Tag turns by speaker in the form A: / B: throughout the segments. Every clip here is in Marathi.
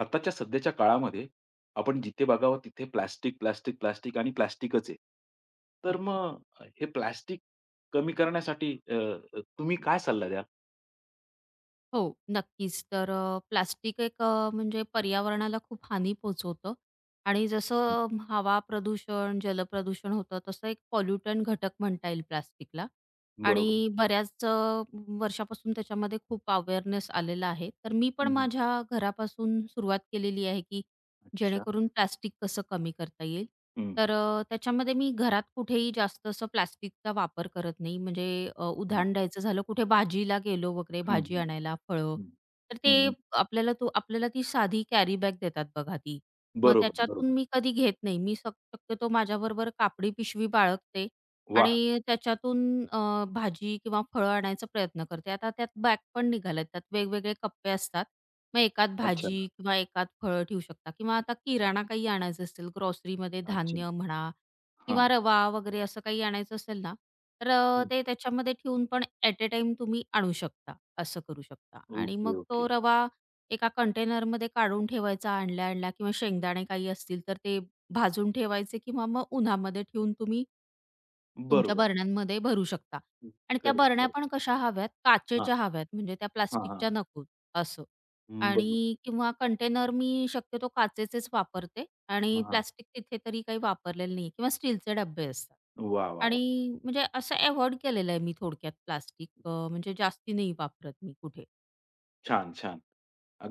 A: आत्ताच्या सध्याच्या काळामध्ये आपण जिथे बघावं तिथे प्लास्टिक, प्लास्टिक, प्लास्टिक आणि प्लास्टिकच आहे. तर
B: हो,
A: मग हे प्लास्टिक कमी करण्यासाठी अ, अ, तुम्ही काय सल्ला द्याल?
B: हो, नक्कीच. तर प्लास्टिक एक म्हणजे पर्यावरणाला खूप हानी पोहोचवतं आणि जसं
A: हं.
B: हवा प्रदूषण, जलप्रदूषण होतं, तसं एक पॉल्युटंट घटक म्हणता येईल प्लास्टिकला आणि
A: बरोबर.
B: बऱ्याच वर्षापासून त्याच्यामध्ये खूप अवेअरनेस आलेला आहे. तर मी
A: हं,
B: पण
A: हं.
B: माझ्या घरापासून सुरुवात केलेली आहे, की
A: अच्छा.
B: जेणेकरून प्लास्टिक कसं कमी करता येईल.
A: हं,
B: तर त्याच्यामध्ये मी घरात कुठेही जास्त असं प्लास्टिकचा वापर करत नाही. म्हणजे
A: हं,
B: उदाहरण द्यायचं झालं, कुठे भाजीला गेलो वगैरे,
A: हं,
B: भाजी
A: हं,
B: आणायला, फळं,
A: हं,
B: तर ते आपल्याला तो आपल्याला ती साधी कॅरी बॅग देतात बघा ती. मग
A: बरोबर,
B: त्याच्यातून
A: बरोबर.
B: मी कधी घेत नाही. मी शक्यतो माझ्याबरोबर कापडी पिशवी बाळगते
A: वाह!
B: आणि त्याच्यातून भाजी किंवा फळं आणायचा प्रयत्न करते. आता त्यात बॅग पण निघाल्यात, त्यात वेगवेगळे कप्पे असतात. मग एकात
A: अच्छा,
B: भाजी किंवा एकात फळं ठेवू शकता किंवा आता किराणा काही आणायचं असेल ग्रॉसरीमध्ये
A: अच्छा.
B: धान्य म्हणा किंवा
A: हां.
B: रवा वगैरे असं काही आणायचं असेल ना, तर
A: हं.
B: ते त्याच्यामध्ये ठेवून पण ॲट अ टाइम तुम्ही आणू शकता, असं करू शकता. आणि
A: ओके,
B: मग तो
A: ओके.
B: रवा एका कंटेनरमध्ये काढून ठेवायचा आणल्या-आणल्या किंवा शेंगदाणे काही असतील तर ते भाजून ठेवायचे किंवा मग उन्हामध्ये ठेवून तुम्ही तुमच्या
A: बरोबर.
B: बरण्यांमध्ये भरू शकता. आणि त्या
A: करेक्ट,
B: बरण्या
A: करेक्ट.
B: पण कशा हव्यात,
A: हां,
B: काचेच्या हव्यात म्हणजे त्या
A: हां, हां.
B: प्लास्टिकच्या नकोत असं.
A: बरोबर.
B: आणि किंवा कंटेनर मी शक्यतो काचेचेच वापरते आणि
A: हां, हां.
B: प्लास्टिक तिथे तरी काही वापरलेलं नाही किंवा स्टीलचे डब्बे असतात.
A: वाह, वाह,
B: आणि म्हणजे असं अव्हॉइड केलेलं आहे मी थोडक्यात प्लास्टिक, म्हणजे जास्ती नाही वापरत मी कुठे.
A: छान, छान.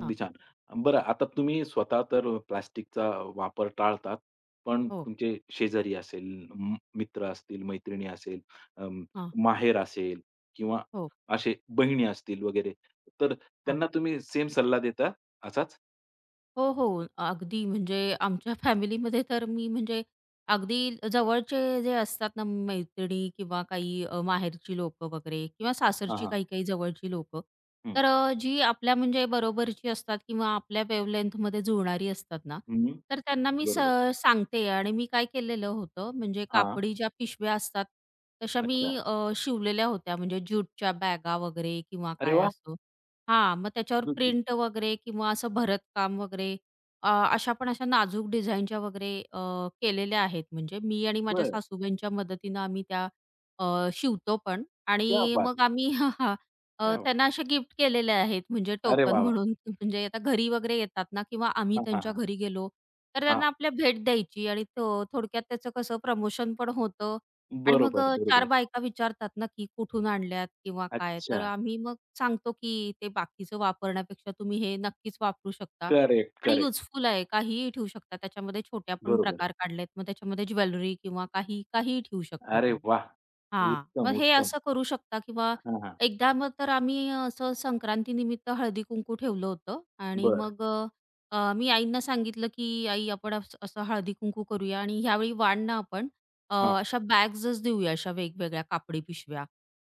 B: हां.
A: छान. बरं, आता तुम्ही स्वतः तर प्लास्टिकचा वापर टाळतात, पण
B: हो.
A: तुमचे शेजारी असेल, मित्र असतील, मैत्रिणी असेल, अं,
B: हां.
A: माहेर असेल किंवा
B: हो.
A: असे बहिणी असतील वगैरे, तर
B: हां.
A: त्यांना तुम्ही सेम सल्ला देता असाच?
B: हो, हो. अगदी म्हणजे आमच्या फॅमिलीमध्ये तर मी म्हणजे अगदी जवळचे जे असतात ना मैत्रिणी किंवा काही माहेरची लोकं वगैरे किंवा
A: हां,
B: सासरची
A: हां.
B: काही-काही जवळची लोकं.
A: हं,
B: तर जी आपल्या म्हणजे बरोबरची असतात किंवा आपल्या वेव्हलेंथमध्ये जुळणारी असतात ना,
A: हं.
B: तर त्यांना मी
A: बरोबर.
B: सांगते आणि मी काय केलेलं होतं म्हणजे
A: हां.
B: कापडी ज्या पिशव्या असतात, तशा मी
A: अच्छा.
B: अ, शिवलेल्या होत्या म्हणजे ज्यूटच्या बॅगा वगैरे किंवा
A: अरे
B: काय
A: वाह!
B: असं. हां, मग त्याच्यावर
A: गुड, गुड.
B: प्रिंट वगैरे किंवा असं भरतकाम वगैरे अ, अशा पण अशा नाजूक डिझाईनच्या वगैरे, केलेल्या आहेत. म्हणजे मी आणि माझ्या
A: बरं.
B: सासूबाईंच्या मदतीनं आम्ही त्या शिवतो पण
A: क्या
B: आणि
A: बात
B: मग
A: है!
B: आम्ही हां, हां.
A: क्या बात
B: त्यांना
A: है!
B: अशा गिफ्ट केलेले आहेत म्हणजे
A: अरे
B: टोकन
A: वाह, वाह!
B: म्हणून. म्हणजे आता घरी वगैरे येतात ना किंवा आम्ही
A: हां, हां,
B: त्यांच्या
A: हां.
B: घरी गेलो, तर
A: हां.
B: त्यांना आपल्या भेट द्यायची आणि तो थोडक्यात त्याचं कसं प्रमोशन पण होतं आणि मग
A: बरोबर,
B: अ, 4
A: बरोबर.
B: बायका विचारतात ना, की कुठून आणल्यात किंवा काय, तर
A: अच्छा.
B: आम्ही मग सांगतो, की ते बाकीचं वापरण्यापेक्षा तुम्ही हे नक्कीच वापरू शकता
A: करेक्ट,
B: आणि
A: करेक्ट.
B: युजफुल आहे. काहीही ठेवू शकता. त्याच्यामध्ये छोट्या पण
A: बरोबर.
B: प्रकार काढलेत. मग त्याच्यामध्ये ज्वेलरी किंवा काही, काहीही ठेवू शकता
A: अरे
B: तुम्ही.
A: वाह!
B: हां.
A: उत्तम,
B: मग हे
A: उत्तम.
B: असं करू शकता किंवा
A: हां, हां.
B: एकदा मग तर आम्ही असं संक्रांती निमित्त हळदी-कुंकू ठेवलं होतं आणि
A: बरं.
B: मग मी आईंना सांगितलं, की "आई, आपण असं हळदी-कुंकू करूया आणि ह्यावेळी वाढ ना आपण
A: हां.
B: अशा बॅग्सच देऊया अशा वेगवेगळ्या कापडी पिशव्या."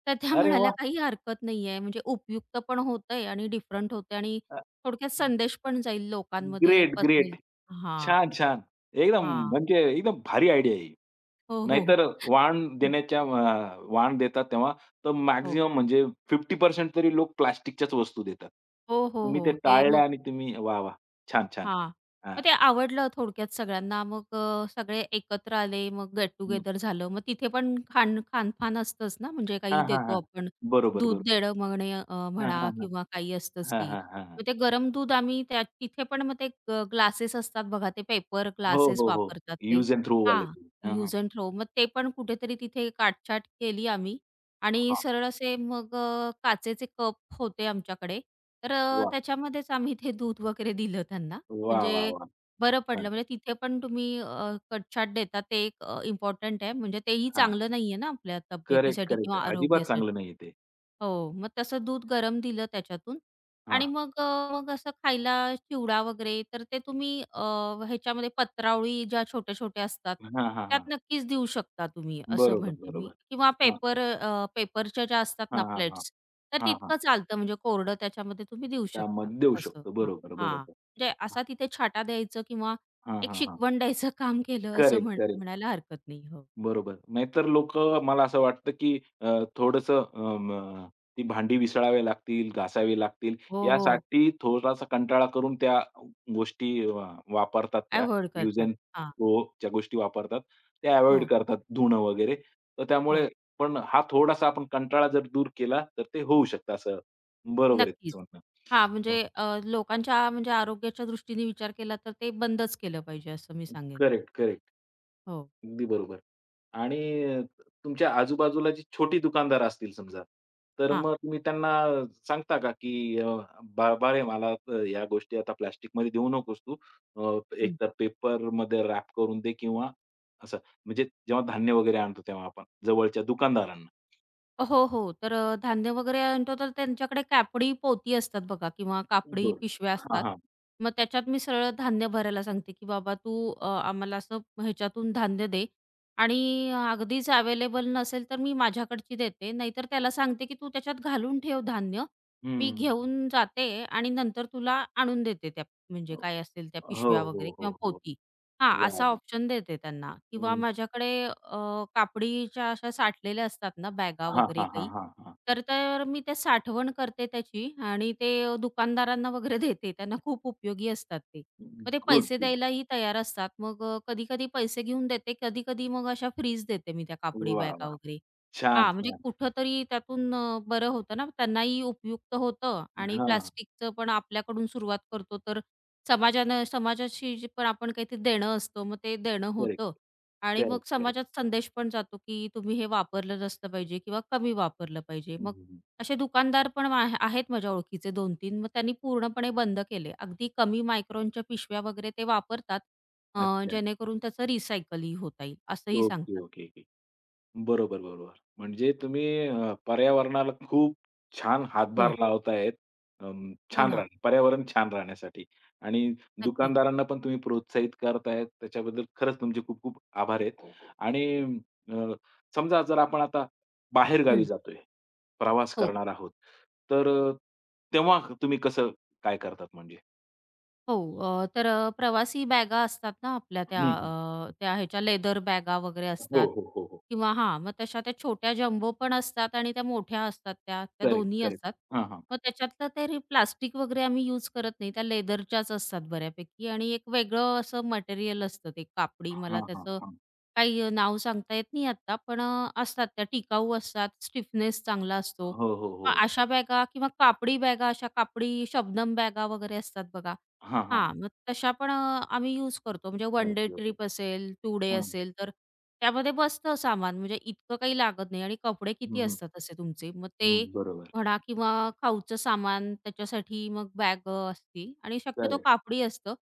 B: तर त्या
A: अरे
B: म्हणाल्या,
A: वाह!
B: "काही हरकत नाहीये, म्हणजे उपयुक्त पण होतंय आणि डिफरंट होतंय आणि
A: अ,
B: थोडक्यात संदेश पण जाईल लोकांमध्ये
A: ग्रेट, ग्रेट.
B: पसरेल." हां,
A: छान, छान. एकदम
B: हां.
A: म्हणजे एकदम भारी आयडिया आहे ही.
B: हो, हो.
A: नाहीतर वाण देतात तेव्हा, तर
B: हो.
A: मॅक्सिमम म्हणजे 50% तरी लोक प्लास्टिकच्याच वस्तू देतात.
B: हो, हो,
A: तुम्ही ते
B: हो. ते
A: टाळल्या,
B: मग
A: आणि तुम्ही वाह, वाह! छान, छान.
B: हां.
A: हां.
B: मग ते आवडलं थोडक्यात सगळ्यांना. सगळे एकत्र आले, मग गेट
A: हं.
B: टुगेदर झालं. मग तिथे पण खानपान असतंच ना, म्हणजे
A: हां,
B: काही
A: हां, हां.
B: देतो आपण.
A: बरोबर,
B: दूध
A: बरोबर.
B: देणं
A: हां,
B: म्हणा
A: हां, हां.
B: किंवा काही असतंच
A: हां,
B: की.
A: हां, हां, हां.
B: मग ते गरम दूध आम्ही त्या तिथे पण मग ते ग्लासेस असतात बघा, ते पेपर
A: हो,
B: ग्लासेस
A: हो, हो.
B: वापरतात ते.
A: यूज एंड थ्रो वाले.
B: हां.
A: हां, हां.
B: Use and throw. मग ते पण कुठेतरी तिथे काटछाट केली आम्ही आणि
A: हां.
B: सरळ असे मग काचेचे कप होते आमच्याकडे. तर
A: वाह!
B: त्याच्यामध्येच आम्ही ते दूध वगैरे दिलं त्यांना.
A: वाह, वाह,
B: म्हणजे
A: वाह!
B: बरं
A: हां,
B: पडलं. म्हणजे तिथे पण तुम्ही कटछाट देता ते एक इम्पोर्टंट आहे. म्हणजे तेही
A: हां.
B: चांगलं नाहीये ना आपल्या
A: करेक्ट,
B: तब्येतीसाठी
A: करेक्ट.
B: किंवा
A: अजिबात चांगलं
B: आरोग्यासाठी.
A: नाहीये ते.
B: हो, मग तसं दूध गरम दिलं त्याच्यातून आणि
A: हां.
B: मग असं खायला चिवडा वगैरे तर ते तुम्ही ह्याच्यामध्ये पत्रावळी ज्या छोट्या-छोट्या असतात,
A: हां, हां, हां.
B: त्यात नक्कीच देऊ शकता तुम्ही असं
A: बरोबर,
B: म्हणते मी
A: बरोबर.
B: किंवा
A: हां,
B: पेपरच्या ज्या असतात
A: हां,
B: ना
A: हां, हां.
B: प्लेट्स, तर
A: हां, हां.
B: तितकं चालतं म्हणजे कोरडं त्याच्यामध्ये तुम्ही देऊ शकता
A: त्यामध्ये देऊ
B: असं.
A: शकतो.
B: हां,
A: बरोबर,
B: हां.
A: बरोबर.
B: म्हणजे असा तिथे छाटा द्यायचं किंवा
A: हां,
B: एक
A: हां, हां.
B: शिकवण द्यायचं काम केलं असं
A: करेक्ट, करेक्ट.
B: म्हणायला हरकत नाही. हो.
A: बरोबर. नाहीतर लोकं, मला असं वाटतं, की थोडंसं अ, म ती भांडी विसळावी लागतील, घासावी लागतील,
B: हो, हो.
A: यासाठी थोडासा कंटाळा करून त्या गोष्टी वापरतात, त्या
B: अव्हॉइड
A: यूज
B: करतात.
A: एंड
B: हां.
A: थ्रोच्या गोष्टी वापरतात. त्या अव्हॉइड
B: हो,
A: करतात धुणं वगैरे. तर त्यामुळे,
B: हो.
A: पण हा थोडासा आपण कंटाळा जर दूर केला, तर ते होऊ शकतं असं. बरोबर आहे
B: नक्कीच.
A: तुमचं म्हणणं.
B: हां, म्हणजे
A: हो.
B: लोकांच्या म्हणजे आरोग्याच्या दृष्टीने विचार केला तर ते बंदच केलं पाहिजे असं मी सांगेन.
A: Correct, correct.
B: हो.
A: अगदी बरोबर. आणि अ, तुमच्या आजूबाजूला जी छोटी दुकानदार असतील समजा, तर
B: हां.
A: मग तुम्ही त्यांना सांगता का, की "बाबा रे, मला या गोष्टी आता प्लास्टिकमध्ये देऊ नकोस तू. एक तर पेपरमध्ये रॅप करून दे किंवा असं." म्हणजे जेव्हा धान्य वगैरे आणतो, तेव्हा आपण जवळच्या दुकानदारांना.
B: हो, हो. तर धान्य वगैरे आणतो तर त्यांच्याकडे कापडी पोती असतात बघा किंवा कापडी
A: बरं.
B: पिशव्या
A: हां,
B: असतात.
A: हां.
B: मग त्याच्यात मी सरळ धान्य भरायला सांगते, की "बाबा तू आम्हाला असं ह्याच्यातून धान्य दे" आणि अगदीच अवेलेबल नसेल तर मी माझ्याकडची देते. नाहीतर त्याला सांगते, की "तू त्याच्यात घालून ठेव धान्य. मी
A: हं.
B: घेऊन जाते आणि नंतर तुला आणून देते त्या म्हणजे काय असेल त्या
A: हो,
B: पिशव्या
A: हो,
B: वगैरे
A: हो,
B: किंवा
A: हो.
B: पोती." हां,
A: वाह,
B: असा
A: वाह!
B: ऑप्शन देते त्यांना किंवा
A: हं.
B: माझ्याकडे कापडीच्या अशा साठलेल्या असतात ना बॅगा
A: हां,
B: वगैरे
A: हां, हां,
B: काही,
A: हां, हां.
B: तर तर मी ते साठवण करते त्याची आणि ते दुकानदारांना वगैरे देते. त्यांना खूप उपयोगी असतात ते. मग ते
A: गुड,
B: पैसे
A: गुड.
B: द्यायलाही तयार असतात. मग कधी-कधी पैसे घेऊन देते, कधी-कधी मग अशा फ्रीज देते मी त्या कापडी
A: वाह,
B: बॅगा
A: वाह!
B: वगैरे.
A: छान,
B: हां, म्हणजे
A: छान.
B: कुठेतरी त्यातून बरं होतं ना, त्यांनाही उपयुक्त होतं आणि
A: हां,
B: प्लास्टिकचं पण आपल्याकडून सुरुवात करतो तर समाजाशी जे पण आपण काहीतरी देणं असतो, मग ते देणं
A: करेक्ट.
B: होतं आणि मग
A: करेक्ट, करेक्ट.
B: समाजात संदेश पण जातो, की तुम्ही हे वापरलं नसलं पाहिजे किंवा कमी वापरलं पाहिजे.
A: हं,
B: मग
A: हं, हं.
B: असे दुकानदार पण आहेत माझ्या ओळखीचे 2 तीन मग त्यांनी पूर्णपणे बंद केले. अगदी कमी मायक्रॉनच्या पिशव्या वगैरे ते वापरतात अ,
A: अच्छा.
B: जेणेकरून त्याचं रिसायकलही होता येईल असंही
A: ओके,
B: सांगतात ते.
A: Okay, okay. बरोबर, बरोबर. म्हणजे तुम्ही पर्यावरणाला खूप छान हातभार
B: हो.
A: लावतायत. अं,
B: हो
A: छान
B: ना,
A: राहणं पर्यावरण छान राहण्यासाठी, आणि
B: नक्कीच.
A: दुकानदारांना पण तुम्ही प्रोत्साहित करतायत. त्याच्याबद्दल खरंच तुमचे खूप खूप आभार आहेत. आणि अ, समजा जर आपण आता बाहेरगावी
B: हं.
A: जातोय, प्रवास
B: हो.
A: करणार आहोत, तर तेव्हा तुम्ही कसं काय करतात म्हणजे?
B: हो. तर प्रवासी बॅगा असतात ना आपल्या
A: हं, हं.
B: त्या ह्याच्या लेदर बॅगा वगैरे
A: हो,
B: असतात
A: हो, हो, हो.
B: किंवा हां, मग तशा त्या छोट्या जम्बो पण असतात आणि त्या मोठ्या असतात त्या, त्या
A: करेक्ट,
B: दोन्ही
A: करेक्ट.
B: असतात.
A: हां, हां.
B: मग त्याच्यातलं तरी प्लास्टिक वगैरे आम्ही यूज करत नाही. त्या लेदरच्याच असतात बऱ्यापैकी आणि एक वेगळं असं मटेरियल असतं ते कापडी.
A: हां,
B: मला
A: हां,
B: त्याचं
A: हां.
B: काही नाव सांगता येत नाही आत्ता, पण असतात त्या टिकाऊ असतात, स्टिफनेस चांगला असतो.
A: हो, हो, हो.
B: अशा बॅगा किंवा कापडी बॅगा, अशा कापडी शबनम बॅगा वगैरे असतात बघा.
A: हां, हां.
B: हां, मग तशा पण आम्ही यूज करतो. म्हणजे one day
A: okay, okay.
B: Trip असेल, 2 डे
A: हां.
B: असेल, तर त्यामध्ये बसतं सामान. म्हणजे इतकं काही लागत नाही आणि कपडे किती
A: हं, हं.
B: असतात असे तुमचे? मग ते
A: हं. बरोबर.
B: म्हणा किंवा खाऊचं सामान त्याच्यासाठी मग बॅग असती आणि शक्यतो
A: करेक्ट.
B: कापडी असतं.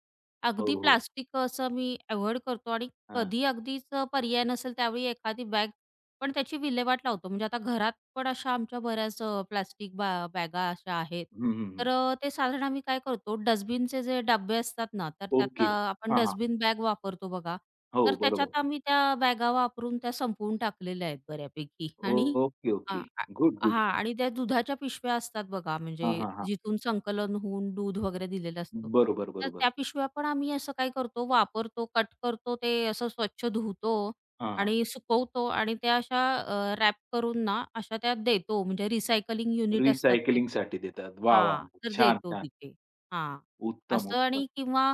A: हो,
B: अगदी
A: हो.
B: प्लास्टिक असं मी अव्हॉइड करतो आणि
A: हां.
B: कधी अगदीच पर्याय नसेल त्यावेळी एखादी बॅग पण त्याची विल्हेवाट लावतो. म्हणजे आता घरात पण अशा आमच्या बऱ्याच प्लास्टिक बा बॅगा अशा आहेत.
A: हं, हं, हं.
B: तर ते साधारण आम्ही काय करतो डस्टबिनचे जे डब्बे असतात ना, तर त्यात
A: ओके.
B: अ, आपण
A: हां, हां.
B: डस्टबिन बॅग वापरतो बघा. तर
A: हो, बरोबर.
B: त्याच्यात आम्ही त्या बॅगा वापरून त्या संपवून टाकलेल्या आहेत बऱ्यापैकी आणि
A: ओके,
B: अ,
A: ओके.
B: आ
A: गुड, गुड.
B: हां आणि त्या दुधाच्या पिशव्या असतात बघा, म्हणजे
A: हां, हां, हां.
B: जिथून संकलन होऊन दूध वगैरे दिलेलं असतं.
A: बरोबर,
B: तर
A: बरोबर.
B: त्या पिशव्या पण आम्ही असं काय करतो, वापरतो, कट करतो, ते असं स्वच्छ धुतो
A: हां.
B: आणि सुकवतो आणि त्या अशा रॅप करून ना, अशा त्या देतो म्हणजे रिसायकलिंग युनिट असतात ते.
A: रिसायकलिंगसाठी देतात. वाह, वाह!
B: हां, तर
A: छान,
B: देतो
A: छान.
B: तिथे. हां,
A: उत्तम,
B: असं
A: उत्तम.
B: आणि किंवा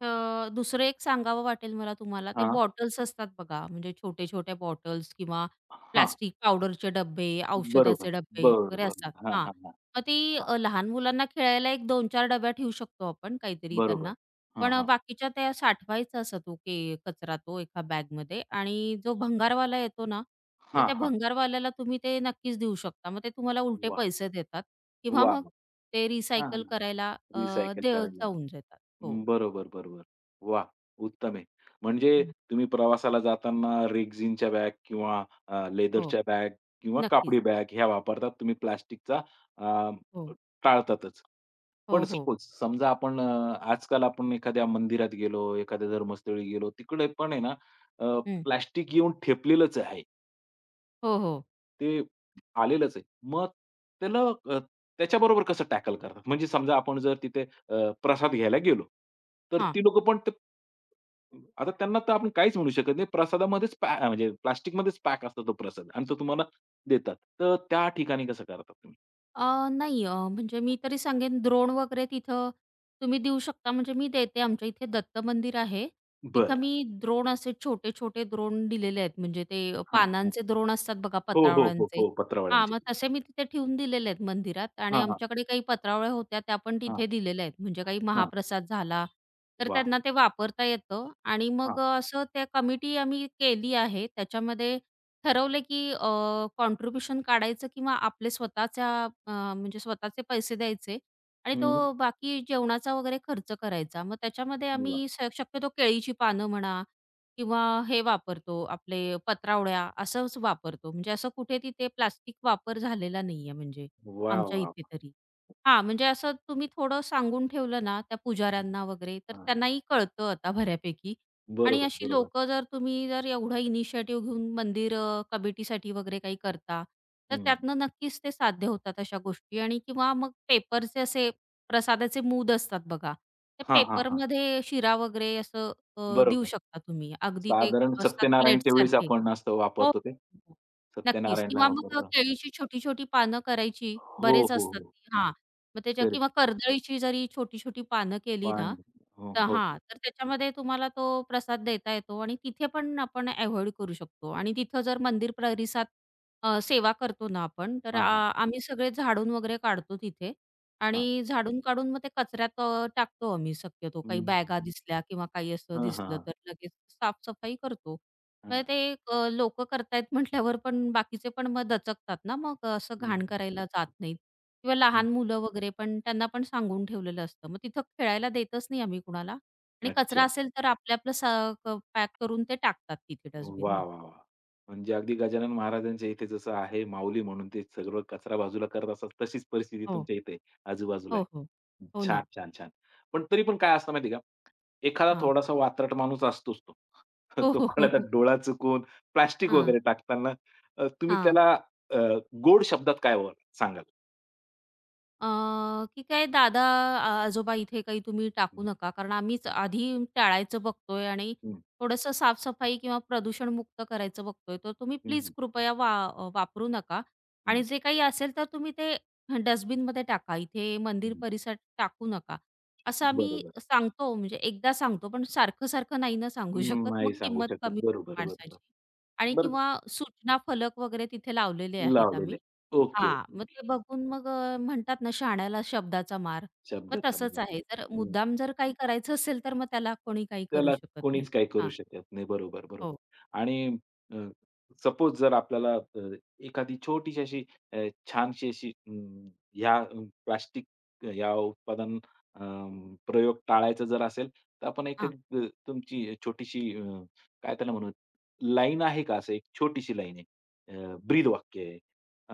B: दुसरं एक सांगावं वाटेल मला तुम्हाला ते
A: हां.
B: बॉटल्स असतात बघा, म्हणजे छोटे-छोट्या बॉटल्स किंवा
A: हां.
B: प्लास्टिक पावडरचे डब्बे,
A: बरोबर.
B: औषधाचे डब्बे वगैरे
A: बरोबर.
B: असतात.
A: हां,
B: हां,
A: हां, हां.
B: मग ती
A: हां.
B: अ, लहान मुलांना खेळायला एक 2-4 डब्या ठेवू शकतो आपण काहीतरी
A: बरोबर.
B: त्यांना.
A: हां,
B: पण
A: हां.
B: बाकीच्या त्या साठवायचा असा तो कचरा तो एका बॅगमध्ये आणि जो भंगारवाला येतो ना, तर
A: हां,
B: त्या
A: हां.
B: भंगारवाल्याला तुम्ही ते नक्कीच देऊ शकता. मग ते तुम्हाला उलटे
A: वाह!
B: पैसे देतात किंवा
A: वाह!
B: मग ते
A: हां, हां.
B: रिसायकल करायला,
A: रिसायकल करायला.
B: जाऊन देतात. हो.
A: बरोबर, बरोबर. वाह! उत्तम आहे. म्हणजे
B: हं.
A: तुम्ही प्रवासाला जाताना रेक्झिनच्या बॅग किंवा
B: हो.
A: लेदरच्या बॅग किंवा
B: नक्कीच.
A: कापडी बॅग ह्या वापरतात. तुम्ही प्लास्टिकचा अ,
B: हो.
A: टाळतातच. पण
B: हो, हो.
A: सपोज, समजा आजकाल आपण एखाद्या मंदिरात गेलो, एखाद्या धर्मस्थळी गेलो, तिकडे पण आहे ना,
B: हं.
A: प्लास्टिक येऊन ठेपलेलंच आहे.
B: हो, हो.
A: ते आलेलंच आहे. मग त्याला अ, त्याच्याबरोबर कसं टॅकल करतात? म्हणजे समजा आपण जर तिथे प्रसाद घ्यायला गेलो, तर
B: हां.
A: ती लोकं पण ते आता त्यांना तर आपण काहीच म्हणू शकत नाही. प्रसादामध्येच पॅ म्हणजे प्लास्टिकमध्येच पॅक असतो तो प्रसाद, आणि तो तुम्हाला देतात. तर त्या ठिकाणी कसं करतात तुम्ही?
B: नाही, म्हणजे मी तरी सांगेन द्रोण वगैरे तिथं तुम्ही देऊ शकता. म्हणजे मी देते. आमच्या इथे दत्त मंदिर आहे. तिथं
A: बरं.
B: मी द्रोण असे छोटे-छोटे द्रोण दिलेले आहेत. म्हणजे ते
A: हां, हां.
B: पानांचे द्रोण असतात बघा
A: हो, हो, हो,
B: पत्रावळ्यांचे.
A: हो.
B: हां,
A: पत्रावळ्यांचे.
B: मग तसे मी तिथे ठेवून दिलेले आहेत मंदिरात आणि
A: हां, हां,
B: आमच्याकडे काही पत्रावळ्या होत्या त्या पण
A: हां,
B: तिथे दिलेल्या आहेत. म्हणजे काही
A: हां.
B: महाप्रसाद झाला तर
A: वाह!
B: त्यांना ते वापरता येतं आणि
A: हां.
B: असं त्या कमिटी आम्ही केली आहे. त्याच्यामध्ये ठरवलं की काढायचं किंवा आपले स्वतःच्या, म्हणजे स्वतःचे पैसे द्यायचे आणि
A: हं.
B: तो बाकी जेवणाचा वगैरे खर्च करायचा. मग त्याच्यामध्ये
A: वाह!
B: आम्ही शक्यतो केळीची पानं म्हणा किंवा हे वापरतो आपले पत्रावळ्या असंच वापरतो. म्हणजे असं कुठे तिथे प्लास्टिक वापर झालेला नाहीये म्हणजे
A: वाह,
B: आमच्या
A: वाह!
B: इथे तरी. हां, म्हणजे असं तुम्ही थोडं सांगून ठेवलं ना त्या
A: हां,
B: पुजाऱ्यांना वगैरे तर
A: हां.
B: त्यांनाही कळतं आता बऱ्यापैकी. आणि
A: बरोबर,
B: अशी
A: बरोबर.
B: लोकं तुम्ही जर एवढा इनिशिएटिव्ह घेऊन मंदिर कमिटीसाठी वगैरे काही करता, तर
A: हं.
B: त्यातनं नक्कीच ते साध्य होतात अशा गोष्टी आणि किंवा मग पेपरचे असे प्रसादाचे मूद असतात बघा. ते
A: हां, हां, हां.
B: पेपरमध्ये शिरा वगैरे असं देऊ
A: बरोबर.
B: शकता तुम्ही. अगदी ते
A: साधारण
B: असतात
A: सत्यनारायणच्या वेळेस
B: प्लेट्ससारखे.
A: आपण असं
B: हो,
A: वापरतो ते.
B: हो, हो. नक्कीच
A: सत्यनारायणला
B: किंवा मग
A: वापरतो.
B: केळीची छोटी-छोटी पानं करायची.
A: हो,
B: बरेच
A: हो,
B: असतात
A: हो.
B: हां. मग त्याच्या किंवा
A: करेक्ट.
B: कर्दळीची जरी छोटी-छोटी पानं केली ना,
A: पाणी. हो,
B: तर
A: हो.
B: हां, तर त्याच्यामध्ये तुम्हाला तो प्रसाद देता येतो आणि तिथे पण आपण अव्हॉइड करू शकतो आणि तिथं जर मंदिर परिसरात सेवा करतो ना आपण, तर
A: हां,
B: आ
A: हां.
B: आम्ही सगळे झाडून वगैरे काढतो तिथे
A: हां.
B: आणि झाडून काढून मग ते कचऱ्यात टाकतो आम्ही शक्यतो. काही
A: हं.
B: बॅगा दिसल्या किंवा काही असं
A: हां, हां,
B: दिसलं
A: हां.
B: तर लगेच साफ करतो. म्हणजे
A: हां.
B: ते करतायत म्हटल्यावर पण बाकीचे पण मग दचकतात ना, मग असं
A: हं,
B: घाण
A: हं.
B: करायला जात नाहीत. किंवा लहान मुलं वगैरे पण त्यांना पण सांगून ठेवलेलं असतं. मग तिथं खेळायला देतच नाही आम्ही कुणाला आणि कचरा
A: अच्छा.
B: असेल तर आपलं आपलं स क पॅक करून ते टाकतात तिथे
A: वाह,
B: डस्टबिनमध्ये.
A: वाह, वाह! म्हणजे अगदी गजानन महाराजांच्या इथे जसं आहे, माऊली म्हणून ते सगळं कचरा बाजूला करत असतात, तशीच परिस्थिती
B: हो.
A: तुमच्या इथे आहे, आजूबाजूला
B: हो,
A: आहे.
B: हो. हो
A: छान,
B: ना.
A: छान, छान. पण तरी पण काय असतं माहिती आहे का, एखादा
B: हां.
A: थोडासा वात्रट माणूस असतोच तो.
B: हो,
A: तो
B: हो, हो,
A: कोणाचा
B: हो.
A: डोळा चुकवून प्लास्टिक
B: हां,
A: वगैरे टाकताना, तुम्ही
B: हां.
A: त्याला अ, गोड शब्दात काय सांगाल?
B: अ, की काय दादा, आजोबा इथे काही तुम्ही टाकू
A: हं,
B: नका. कारण आम्हीच आधी टाळायचं बघतोय आणि
A: हं.
B: थोडंसं साफ-सफाई किंवा प्रदूषणमुक्त करायचं बघतोय. तर तुम्ही
A: हं,
B: प्लीज
A: हं,
B: कृपया वापरू नका
A: हं,
B: आणि
A: हं,
B: जे काही असेल तर तुम्ही ते डस्टबिनमध्ये टाका. इथे मंदिर परिसरात टाकू नका. असं आम्ही
A: बरोबर.
B: सांगतो म्हणजे एकदा सांगतो, पण सारखं-सारखं नाही ना सांगू
A: हं,
B: शकत.
A: नाही
B: मग
A: सांगू
B: किंमत
A: शकत.
B: कमी होते
A: बरोबर, बरोबर.
B: माणसाची आणि
A: बरं.
B: किंवा सूचना फलक वगैरे तिथे लावलेले आहेत आम्ही.
A: लावलेलं. ओके,
B: हां,
A: ओके,
B: मग
A: ओके.
B: ते बघून मग म्हणतात ना शहाण्याला शब्दाचा मार. मग
A: शब्दाचा
B: तसंच
A: मला.
B: आहे. मुद्दाम जर काही करायचं असेल, तर मग त्याला कोणी काही करू
A: त्याला
B: शकत नाही.
A: कोणीच काही करू
B: हां,
A: शकत नाही. बरोबर,
B: हो.
A: बरोबर. आणि सपोज जर आपल्याला एखादी छोटीशी अशी, अ, छानशी अशी, ह्या प्लास्टिक, या उत्पादन, अ, प्रयोग टाळायचा जर असेल, तर आपण
B: हां,
A: एखादी, तुमची छोटीशी, काय त्याला म्हणू, लाईन आहे का, असं एक छोटीशी लाईन आहे? ब्रीद वाक्य आहे.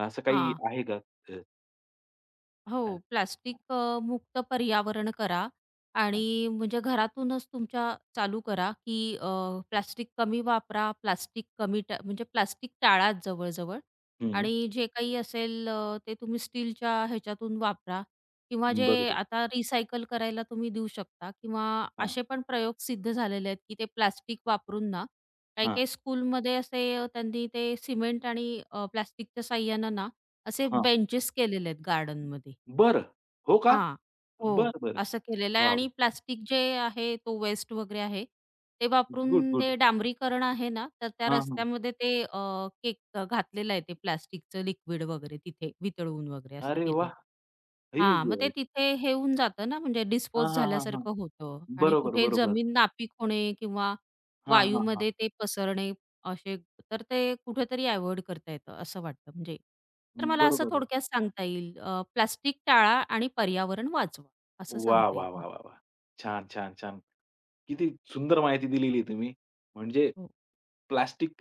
A: असं काही
B: हां.
A: आहे का? अ,
B: हो,
A: अ,
B: प्लास्टिक मुक्त पर्यावरण करा
A: हां.
B: आणि म्हणजे घरातूनच तुमच्या चालू करा, की प्लास्टिक कमी वापरा, प्लास्टिक कमी टा म्हणजे प्लास्टिक टाळा जवळ-जवळ
A: हं.
B: आणि जे काही असेल, ते तुम्ही स्टीलच्या ह्याच्यातून वापरा किंवा जे
A: बरोबर.
B: आता रिसायकल करायला तुम्ही देऊ शकता किंवा
A: हां,
B: असे पण प्रयोग सिद्ध झालेले आहेत, की ते प्लास्टिक वापरून ना,
A: हां,
B: काही-काही स्कूलमध्ये असे त्यांनी ते सिमेंट आणि प्लास्टिकच्या साहाय्याने ना, असे
A: हां.
B: बेंचेस केलेले आहेत गार्डनमध्ये.
A: बरं. हो का?
B: हां. हो,
A: बरं, बरं.
B: असं केलेलं आहे
A: वाह!
B: आणि प्लास्टिक जे आहे तो वेस्ट वगैरे आहे, ते
A: गुड,
B: वापरून
A: गुड.
B: ते डांबरीकरण आहे ना, तर त्या
A: हां, हां.
B: रस्त्यामध्ये ते केक घातलेलं आहे ते प्लास्टिकचं लिक्विड वगैरे तिथे वितळवून वगैरे असं
A: अरे
B: केलेलं.
A: वाह! ही.
B: हां, मग ते तिथे हे होऊन जातं ना, म्हणजे
A: हां,
B: डिस्पोज
A: हां, हां, हां.
B: झाल्यासारखं होतं आणि
A: बरोबर,
B: कुठे
A: बरोबर.
B: जमीन नापीक होणे किंवा
A: हां, हां, हां.
B: वायूमध्ये ते पसरणे असे तर ते कुठेतरी अव्हॉइड करता येतं असं वाटतं म्हणजे. तर मला असं
A: बरोबर आहे.
B: थोडक्यात सांगता येईल, प्लास्टिक टाळा आणि पर्यावरण वाचवा असं
A: वाह,
B: सांगता
A: वाह,
B: येईल मला.
A: वाह, वाह, वाह! छान, छान, छान. किती सुंदर माहिती दिलेली आहे तुम्ही. म्हणजे
B: हो,
A: प्लास्टिक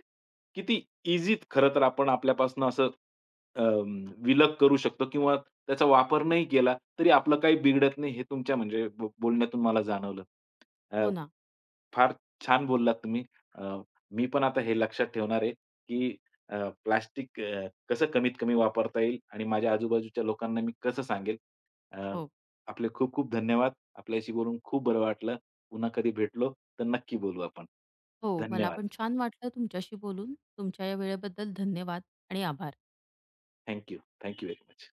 A: किती इझीत खरं तर आपण आपल्यापासून असं विलग करू शकतो, किंवा त्याचा वापर नाही केला तरी आपलं काही बिघडत नाही, हे तुमच्या म्हणजे बोलण्यातून मला जाणवलं. अ,
B: हो ना.
A: फार छान बोललात तुम्ही. अ, मी पण आता हे लक्षात ठेवणार आहे, की अ, प्लास्टिक कसं कमीत कमी वापरता येईल, आणि माझ्या आजूबाजूच्या लोकांना मी कसं सांगेल. अ,
B: हो,
A: आपले खूप खूप धन्यवाद. आपल्याशी बोलून खूप बरं वाटलं. पुन्हा कधी भेटलो तर नक्की बोलू आपण.
B: हो. मला
A: धन्यवाद.
B: पण छान वाटलं तुमच्याशी बोलून. तुमच्या या वेळेबद्दल धन्यवाद आणि आभार.
A: Thank you. Thank you very much.